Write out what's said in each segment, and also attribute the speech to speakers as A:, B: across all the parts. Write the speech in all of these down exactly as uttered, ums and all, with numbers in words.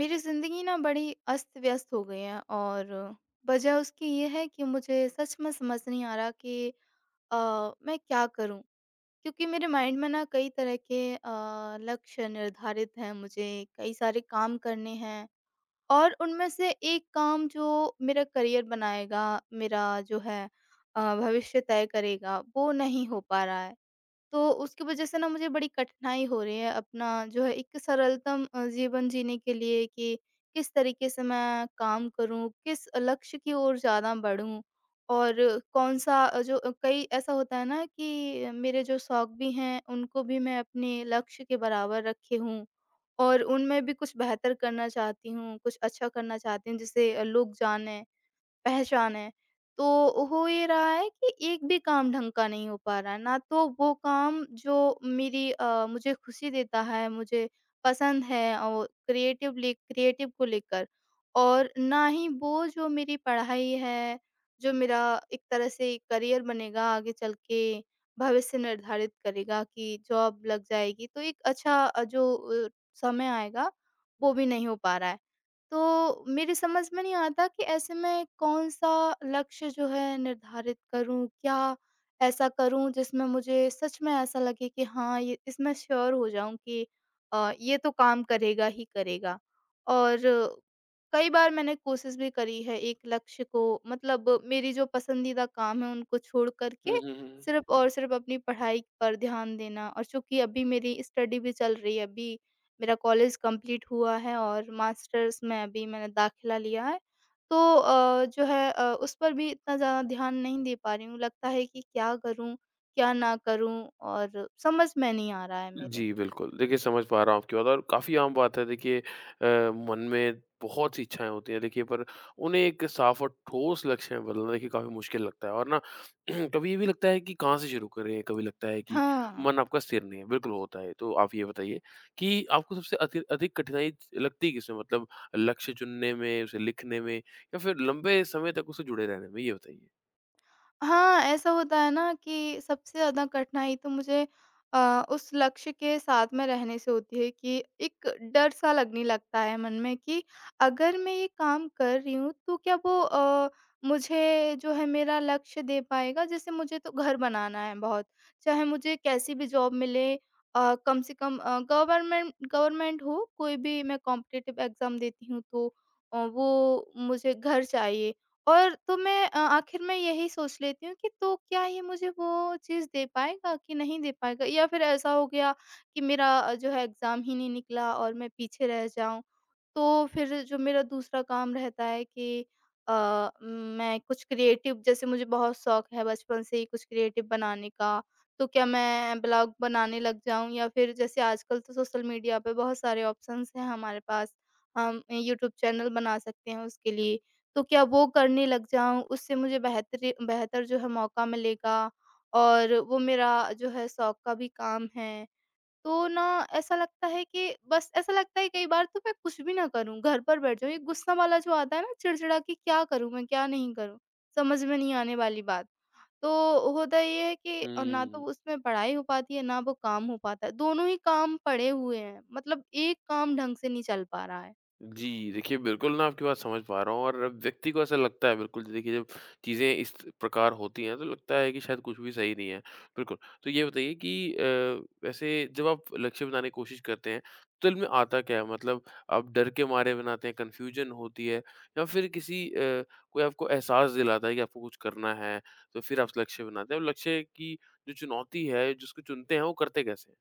A: मेरी ज़िंदगी ना बड़ी अस्त-व्यस्त हो गई है और वजह उसकी ये है कि मुझे सच में समझ नहीं आ रहा कि अ, मैं क्या करूँ? क्योंकि मेरे माइंड में ना कई तरह के अ, लक्ष्य निर्धारित हैं मुझे, कई सारे काम करने हैं और उनमें से एक काम जो मेरा करियर बनाएगा, मेरा जो है अ, भविष्य तय करेगा, वो नहीं हो पा रहा है। तो उसकी वजह से ना मुझे बड़ी कठिनाई हो रही है अपना जो है एक सरलतम अ, जीवन जीने के लिए कि किस तरीके से मैं काम करूं किस लक्ष्य की ओर ज़्यादा बढ़ूं और कौन सा अ, जो अ, कई ऐसा होता है ना कि मेरे जो शौक भी हैं उनको भी मैं अपने लक्ष्य के बराबर रखे हूँ और उनमें भी कुछ बेहतर करना चाहती हूँ कुछ अच्छा करना चाहती हूँ जिसे अ, लोग जानें पहचान है। तो हो ये रहा है कि एक भी काम ढंग का नहीं हो पा रहा है, ना तो वो काम जो मेरी अ, मुझे खुशी देता है, मुझे पसंद है और क्रिएटिवली क्रिएटिव को लेकर और ना ही वो जो मेरी पढ़ाई है, जो मेरा एक तरह से करियर बनेगा आगे चल के, भविष्य निर्धारित करेगा कि जॉब लग जाएगी, तो एक अच्छा अ, जो अ, समय आएगा, वो भी नहीं हो पा रहा है। तो मेरी समझ में नहीं आता कि ऐसे में कौन-सा लक्ष्य जो है निर्धारित करूँ? क्या ऐसा करूँ जिसमें मुझे सच में ऐसा लगे कि हाँ, ये इसमें श्योर हो जाऊँ कि अ, ये तो काम करेगा ही करेगा। और कई बार मैंने कोशिश भी करी है एक लक्ष्य को मतलब मेरी जो पसंदीदा काम है उनको छोड़ कर
B: हुँ,
A: के
B: हुँ, हुँ।
A: सिर्फ़ और सिर्फ़ अपनी पढ़ाई पर ध्यान देना और चूँकि अभी मेरी स्टडी भी चल रही है अभी मेरा कॉलेज कंप्लीट हुआ है और मास्टर्स में अभी मैंने दाखिला लिया है। तो अ, जो है अ, उस पर भी इतना ज़्यादा ध्यान नहीं दे पा रही हूँ। लगता है कि क्या करूँ, क्या ना करूँ और समझ में नहीं आ रहा है मेरे।
B: जी, बिल्कुल। देखिए, समझ पा रहा हूँ आपकी बात। और काफ़ी आम बात है देखिए अ, मन में बहुत सी इच्छाएँ होती हैं देखिए, पर उन्हें एक साफ़ और ठोस लक्ष्य में बदलना देखिए काफ़ी मुश्किल लगता है। और ना कभी ये भी लगता है कि कहाँ से शुरू करें, कभी लगता है कि
A: हाँ।
B: मन आपका स्थिर नहीं है, बिल्कुल होता है। तो आप ये बताइए कि आपको सबसे अति अधिक कठिनाई लगती है किसमें, मतलब लक्ष्य चुनने में, उसे लिखने में या फिर लंबे समय तक उससे जुड़े रहने में? ये बताइए।
A: हाँ, ऐसा होता है ना कि सबसे ज़्यादा कठिनाई तो मुझे अ, उस लक्ष्य के साथ में रहने से होती है कि एक डर सा लगने लगता है मन में कि अगर मैं ये काम कर रही हूँ तो क्या वो अ, मुझे जो है मेरा लक्ष्य दे पाएगा? जैसे मुझे तो घर बनाना है बहुत, चाहे मुझे कैसी भी जॉब मिले अ, कम से कम अ, गवर्नमेंट गवर्नमेंट हो कोई भी मैं कॉम्पिटिटिव एग्ज़ाम देती हूँ तो अ, वो मुझे घर चाहिए। और तो मैं अ, आखिर में यही सोच लेती हूँ कि तो क्या ये मुझे वो चीज़ दे पाएगा कि नहीं दे पाएगा या फिर ऐसा हो गया कि मेरा अ, जो है एग्ज़ाम ही नहीं निकला और मैं पीछे रह जाऊँ। तो फिर जो मेरा दूसरा काम रहता है कि अ, मैं कुछ क्रिएटिव जैसे मुझे बहुत शौक है बचपन से ही कुछ क्रिएटिव बनाने का, तो क्या मैं ब्लॉग बनाने लग जाऊँ या फिर जैसे आजकल तो सोशल मीडिया पे बहुत सारे ऑप्शंस हैं हमारे पास, हम यूट्यूब चैनल बना सकते हैं उसके लिए। तो क्या वो करने लग जाऊँ, उससे मुझे बेहतरी बेहतर जो है मौका मिलेगा और वो मेरा जो है शौक का भी काम है। तो ना ऐसा लगता है कि बस ऐसा लगता है कई बार तो मैं कुछ भी ना करूँ, घर पर बैठ जाऊँ। ये गुस्सा वाला जो आता है ना चिड़चिड़ा कि क्या करूँ मैं, क्या नहीं करूँ, समझ में नहीं आने वाली बात। तो होता ये है कि अ, ना तो
B: हुँ।
A: उसमें पढ़ाई हो पाती है, ना वो काम हो पाता है। दोनों ही काम पड़े हुए हैं, मतलब एक काम ढंग से नहीं चल पा रहा है।
B: जी, देखिए बिल्कुल ना आपकी बात समझ पा रहा हूँ। और अब व्यक्ति को ऐसा लगता है, बिल्कुल देखिए जब चीज़ें इस प्रकार होती हैं तो लगता है कि शायद कुछ भी सही नहीं है। बिल्कुल, तो ये बताइए कि अ, वैसे जब आप लक्ष्य बनाने की कोशिश करते हैं तो दिल में आता क्या है? मतलब आप डर के मारे बनाते हैं, कन्फ्यूजन होती है, या फिर किसी अ, कोई आपको एहसास दिलाता है कि आपको कुछ करना है तो फिर आप लक्ष्य बनाते हैं, और लक्ष्य की जो चुनौती है, जिसको चुनते हैं वो करते कैसे हैं?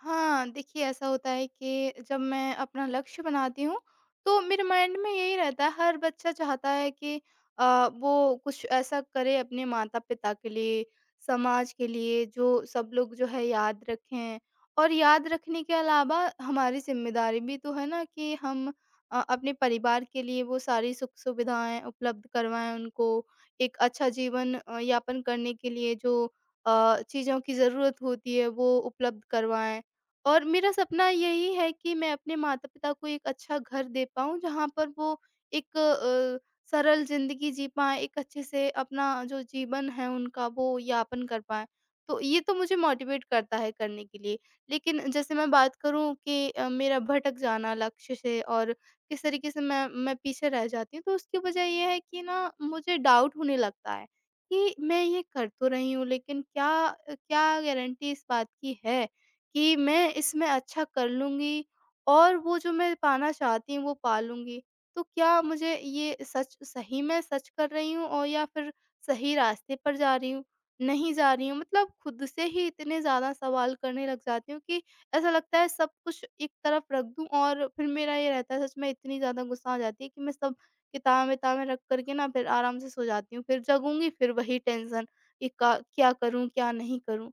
A: हाँ, देखिए ऐसा होता है कि जब मैं अपना लक्ष्य बनाती हूँ, तो मेरे माइंड में यही रहता है हर बच्चा चाहता है कि अ, वो कुछ ऐसा करे अपने माता-पिता के लिए, समाज के लिए जो सब लोग जो है याद रखें। और याद रखने के अलावा हमारी ज़िम्मेदारी भी तो है ना कि हम अ, अपने परिवार के लिए वो सारी सुख-सुविधाएँ उपलब्ध करवाएँ उनको। एक अच्छा जीवन अ, यापन करने के लिए जो अ, चीज़ों की ज़रूरत होती है वो उपलब्ध करवाएँ। और मेरा सपना यही है कि मैं अपने माता-पिता को एक अच्छा घर दे पाऊँ, जहाँ पर वो एक अ, सरल ज़िंदगी जी पाएँ, एक अच्छे से अपना जो जीवन है उनका, वो यापन कर पाएँ। तो ये तो मुझे मोटिवेट करता है करने के लिए। लेकिन जैसे मैं बात करूँ कि अ, मेरा भटक जाना लक्ष्य से और किस तरीके से मैं मैं पीछे रह जाती हूँ, तो उसकी वजह ये है कि ना मुझे डाउट होने लगता है कि मैं ये कर तो रही हूँ, लेकिन क्या अ, क्या गारंटी इस बात की है कि मैं इसमें अच्छा कर लूँगी और वो जो मैं पाना चाहती हूँ वो पा लूँगी। तो क्या मुझे ये सच सही में सच कर रही हूँ और या फिर सही रास्ते पर जा रही हूँ, नहीं जा रही हूँ? मतलब खुद से ही इतने ज़्यादा सवाल करने लग जाती हूँ कि ऐसा लगता है सब कुछ एक तरफ रख दूँ और फिर मेरा ये रहता है सच में इतनी ज़्यादा गुस्सा आ जाती है कि मैं सब किताबें-विताबें रख कर के ना फिर आराम से सो जाती हूँ। फिर जगूँगी फिर वही टेंशन कि का क्या करूँ, क्या नहीं करूँ?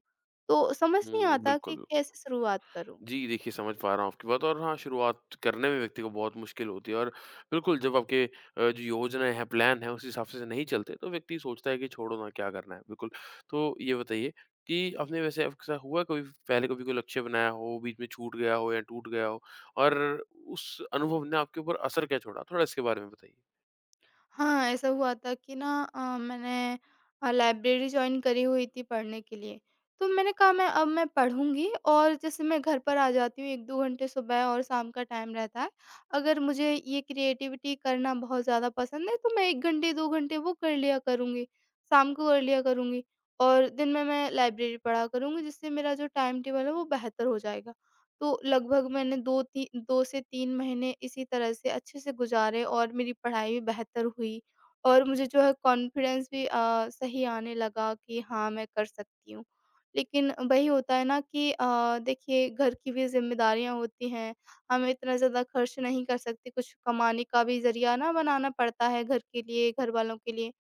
A: तो समझ नहीं
B: हुँ,
A: आता कि
B: बिल्कुल।
A: कैसे शुरुआत करूँ।
B: जी, देखिए समझ पा रहा हूँ आपकी बात। और हाँ, शुरुआत करने में व्यक्ति को बहुत मुश्किल होती है। और बिल्कुल जब आपके अ, जो योजनाएँ हैं, प्लान है, उस हिसाब से नहीं चलते तो व्यक्ति सोचता है कि छोड़ो ना, क्या करना है, बिल्कुल। तो ये बताइए कि आपने, वैसे आपके साथ हुआ है कभी, पहले कभी कोई लक्ष्य बनाया हो, बीच में छूट गया हो या टूट गया हो और उस अनुभव ने आपके ऊपर असर क्या छोड़ा? थोड़ा इसके बारे में बताइए।
A: हाँ, ऐसा हुआ था कि ना अ, मैंने अ, लाइब्रेरी जॉइन करी हुई थी पढ़ने के लिए। तो मैंने कहा मैं अब मैं पढ़ूँगी और जैसे मैं घर पर आ जाती हूँ एक दो घंटे सुबह और शाम का टाइम रहता है। अगर मुझे ये क्रिएटिविटी करना बहुत ज़्यादा पसंद है तो मैं एक घंटे दो घंटे वो कर लिया करूँगी, शाम को कर लिया करूँगी और दिन में मैं लाइब्रेरी पढ़ा करूँगी जिससे मेरा जो टाइम टेबल है वो बेहतर हो जाएगा। तो लगभग मैंने दो ती दो से तीन महीने इसी तरह से अच्छे से गुज़ारे और मेरी पढ़ाई भी बेहतर हुई और मुझे जो है कॉन्फिडेंस भी अ, सही आने लगा कि हाँ, मैं कर सकती हूँ। लेकिन वही होता है ना कि अ, देखिए घर की भी ज़िम्मेदारियाँ होती हैं, हम इतना ज़्यादा खर्च नहीं कर सकते, कुछ कमाने का भी ज़रिया ना बनाना पड़ता है घर के लिए, घरवालों के लिए।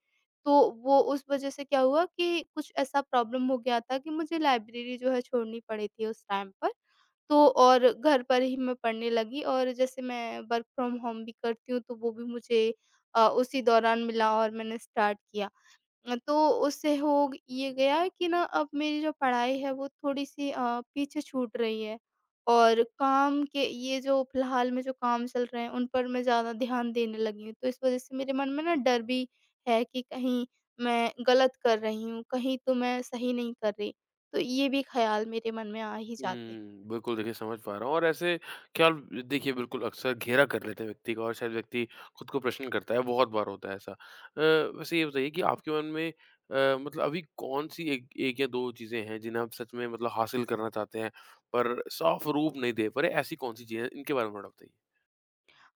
A: तो वो उस वज़ह से क्या हुआ कि कुछ ऐसा प्रॉब्लम हो गया था कि मुझे लाइब्रेरी जो है छोड़नी पड़ी थी उस टाइम पर। तो और घर पर ही मैं पढ़ने लगी और जैसे मैं वर्क फ्रॉम होम भी करती हूँ तो वो भी मुझे अ, उसी दौरान मिला और मैंने स्टार्ट किया। अ, तो उससे हो ग ये गया कि ना अब मेरी जो पढ़ाई है वो थोड़ी-सी अ, पीछे छूट रही है और काम के ये जो फ़िलहाल में जो काम चल रहे हैं उन पर मैं ज़्यादा ध्यान देने लगी हूँ। तो इस वज़ह से मेरे मन में ना डर भी है कि कहीं मैं गलत कर रही हूँ, कहीं तो मैं सही नहीं कर रही। तो ये भी ख़्याल मेरे मन में आ ही जाते हैं।
B: हुँ, बिल्कुल देखिए समझ पा रहा हूँ। और ऐसे ख़्याल देखिए बिल्कुल अक्सर घेरा कर लेते हैं व्यक्ति का, और शायद व्यक्ति खुद को प्रश्न करता है, बहुत बार होता है ऐसा। अ, वैसे ये बताइए कि आपके मन में अ, मतलब अभी कौन-सी एक 1 या दो चीज़ें हैं जिन्हें आप सच में, मतलब हासिल करना चाहते हैं पर साफ़ रूप नहीं दे पा रहे, ऐसी कौन-सी चीज़ें हैं? इनके बारे में थोड़ा बताइए।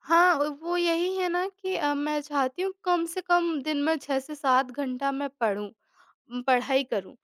A: हाँ, अ, वो यही है ना कि अ, मैं चाहती हूँ कम से कम दिन में छह से सात घंटा मैं पढूँ उम, पढ़ाई करूँ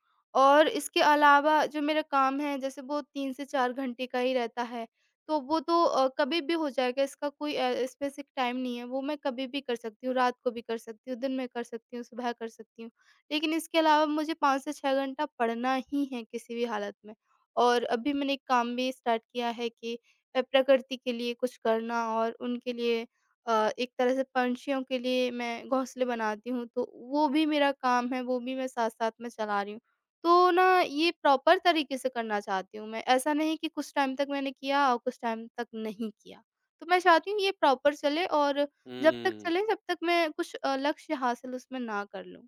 A: और इसके अलावा जो मेरा काम है जैसे वो तीन से चार घंटे का ही रहता है, तो वो तो अ, कभी भी हो जाएगा इसका कोई अ, स्पेसिफ़िक टाइम नहीं है, वो मैं कभी भी कर सकती हूँ, रात को भी कर सकती हूँ, दिन में कर सकती हूँ, सुबह कर सकती हूँ। लेकिन इसके अलावा मुझे पाँच से छह घंटा पढ़ना ही है किसी भी हालत में और अभी मैंने एक काम भी स्टार्ट किया है कि अ, प्रकृति के लिए कुछ करना और उनके लिए अ, एक तरह से पंछियों के लिए मैं घोंसले बनाती हूँ, तो वो भी मेरा काम है, वो भी मैं साथ-साथ में चला रही हूँ। तो ना ये प्रॉपर तरीके से करना चाहती हूँ मैं, ऐसा नहीं कि कुछ टाइम तक मैंने किया और कुछ टाइम तक नहीं किया। तो मैं चाहती हूँ ये प्रॉपर चले और जब तक
B: हुँ।
A: चले, जब तक मैं कुछ अ, लक्ष्य हासिल उसमें ना कर लूँ।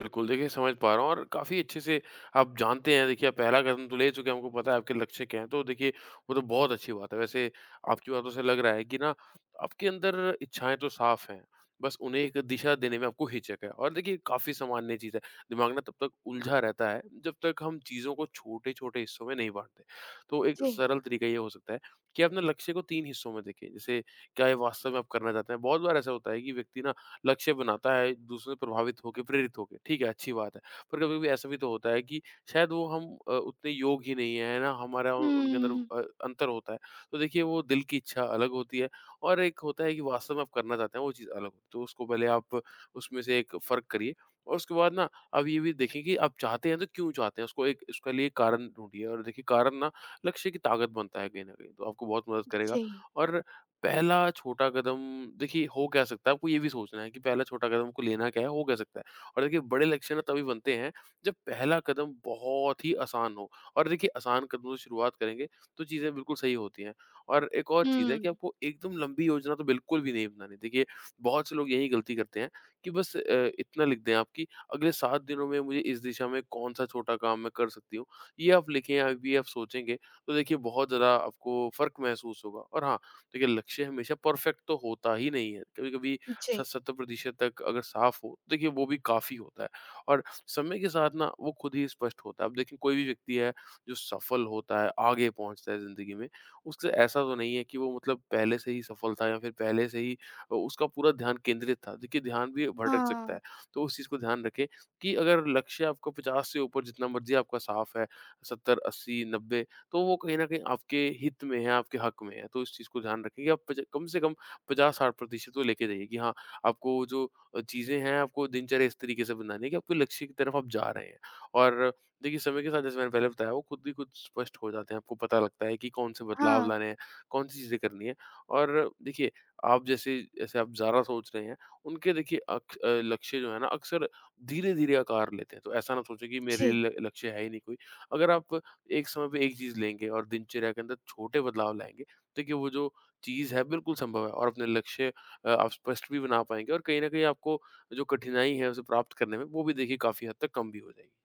B: बिल्कुल, देखिए समझ पा रहा हूँ। और काफ़ी अच्छे से आप जानते हैं, देखिए आप पहला कदम तो ले चुके हैं, आपको पता है आपके लक्ष्य क्या हैं, तो देखिए वो तो बहुत अच्छी बात है। वैसे आपकी बातों से लग रहा है कि ना आपके अंदर इच्छाएँ तो साफ़ हैं, बस उन्हें एक दिशा देने में आपको हिचक है, और देखिए काफ़ी सामान्य चीज़ है। दिमाग ना तब तक उलझा रहता है जब तक हम चीज़ों को छोटे-छोटे हिस्सों में नहीं बाँटते। तो एक
A: जी।
B: सरल तरीका ये हो सकता है कि अपने लक्ष्य को तीन हिस्सों में देखें, जैसे क्या ये वास्तव में आप करना चाहते हैं? बहुत बार ऐसा होता है कि व्यक्ति ना लक्ष्य बनाता है दूसरों से प्रभावित होके, प्रेरित होके, ठीक है, अच्छी बात है। पर कभी-कभी ऐसा भी तो होता है कि शायद वो हम अ, उतने योग ही नहीं हैं, है ना? हमारा और उनके अंदर
A: हुँ।
B: अ, अंतर होता है। तो देखिए वो दिल की इच्छा अलग होती है, और एक होता है कि वास्तव में आप करना चाहते हैं, वो चीज़ अलग होती है। तो उसको पहले आप उसमें से एक फ़र्क करिए, और उसके बाद ना आप ये भी देखें कि आप चाहते हैं तो क्यों चाहते हैं? उसको, एक उसके लिए कारण ढूँढिए, और देखिए कारण ना लक्ष्य की ताकत बनता है कहीं न कहीं, तो आपको बहुत मदद करेगा।
A: जी।
B: और पहला छोटा कदम, देखिए हो क्या सकता है, आपको ये भी सोचना है कि पहला छोटा कदम आपको लेना क्या है, हो क्या सकता है? और देखिए बड़े लक्ष्य ना तभी बनते हैं जब पहला कदम बहुत ही आसान हो, और देखिए आसान कदमों से शुरुआत करेंगे तो चीज़ें बिल्कुल सही होती हैं। और एक और चीज़ है
A: हुँ।
B: कि आपको एकदम लंबी योजना तो बिल्कुल भी नहीं बनानी। देखिए बहुत से लोग यही गलती करते हैं कि बस अ, इतना लिख दें आप कि अगले सात दिनों में मुझे इस दिशा में कौन-सा छोटा काम मैं कर सकती हूँ। ये आप लिखें, अभी आप सोचेंगे तो देखिए बहुत ज़्यादा आपको फ़र्क महसूस होगा। और हाँ, देखिए लक्ष्य हमेशा परफेक्ट तो होता ही नहीं है, कभी कभी
A: जी।
B: सत सत्तर प्रतिशत तक अगर साफ हो तो देखिए वो भी काफी होता है। और समय के साथ ना वो खुद ही स्पष्ट होता है। अब देखिए कोई भी व्यक्ति है जो सफल होता है, आगे पहुंचता है जिंदगी में, उससे ऐसा तो नहीं है कि वो, मतलब पहले से ही सफल था या फिर पहले से ही अ, उसका पूरा ध्यान केंद्रित था। देखिए ध्यान भी भटक सकता है।
A: हाँ।
B: तो उस चीज को ध्यान रखें कि अगर लक्ष्य आपका पचास से ऊपर जितना मर्जी आपका साफ है, सत्तर, अस्सी, नब्बे, तो वो कहीं न कहीं आपके हित में है, आपके हक में है। तो इस चीज़ को ध्यान रखें कि आप पच कम से कम पचास-साठ प्रतिशत तो लेके जाइए कि हाँ, आपको जो अ, चीज़ें हैं, आपको दिनचर्या इस तरीके से बनानी है कि आपके लक्ष्य की तरफ आप जा रहे हैं। और देखिए, समय के साथ जैसे मैंने पहले बताया, वो खुद ही कुछ स्पष्ट हो जाते हैं। आपको पता लगता है कि कौन-से बदलाव
A: हाँ।
B: लाने हैं, कौन-सी चीज़ें करनी है। और देखिए, आप जैसे जैसे आप ज़्यादा सोच रहे हैं, उनके देखिए अक्स अ, लक्ष्य जो है ना, अक्सर धीरे-धीरे आकार लेते हैं। तो ऐसा ना सोचें कि
A: जी।
B: मेरे लिए ल- लक्ष्य है ही नहीं कोई। अगर आप एक समय पे एक चीज़ लेंगे और दिनचर्या के अंदर छोटे बदलाव लाएँगे, तो देखिए वो जो चीज़ है बिल्कुल संभव है, और अपने लक्ष्य अ, आप स्पष्ट भी बना पाएँगे, और कहीं न कहीं आपको जो कठिनाई है उसे प्राप्त करने में, वो भी देखिए काफ़ी हद तक कम भी हो जाएगी।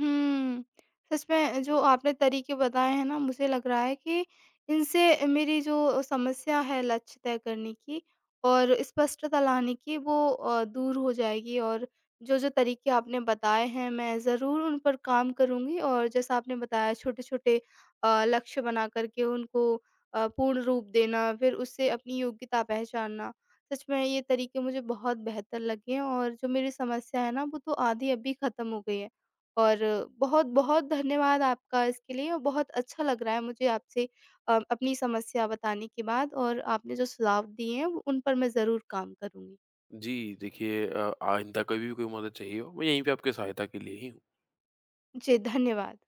A: हुँ। सच में जो आपने तरीके बताए हैं ना मुझे लग रहा है कि इनसे मेरी जो समस्या है लक्ष्य तय करने की और स्पष्टता लाने की वो अ, दूर हो जाएगी और जो-जो तरीके आपने बताए हैं मैं ज़रूर उन पर काम करूँगी और जैसा आपने बताया छोटे-छोटे अ, लक्ष्य बना कर के उनको अ, पूर्ण रूप देना फिर उससे अपनी योग्यता पहचानना। सच में ये तरीके मुझे बहुत बेहतर लगे हैं। और जो मेरी समस्या है ना वो तो आधी अभी ख़त्म हो गई है। और बहुत-बहुत धन्यवाद आपका इसके लिए और बहुत अच्छा लग रहा है मुझे आपसे अ, अपनी समस्या बताने के बाद और आपने जो सुझाव दिए हैं वो- उन पर मैं ज़रूर काम करूँगी।
B: जी, देखिए अ, आइंदा कभी भी कोई मदद चाहिए हो, मैं यहीं पे आपकी सहायता के लिए ही हूँ।
A: जी, धन्यवाद।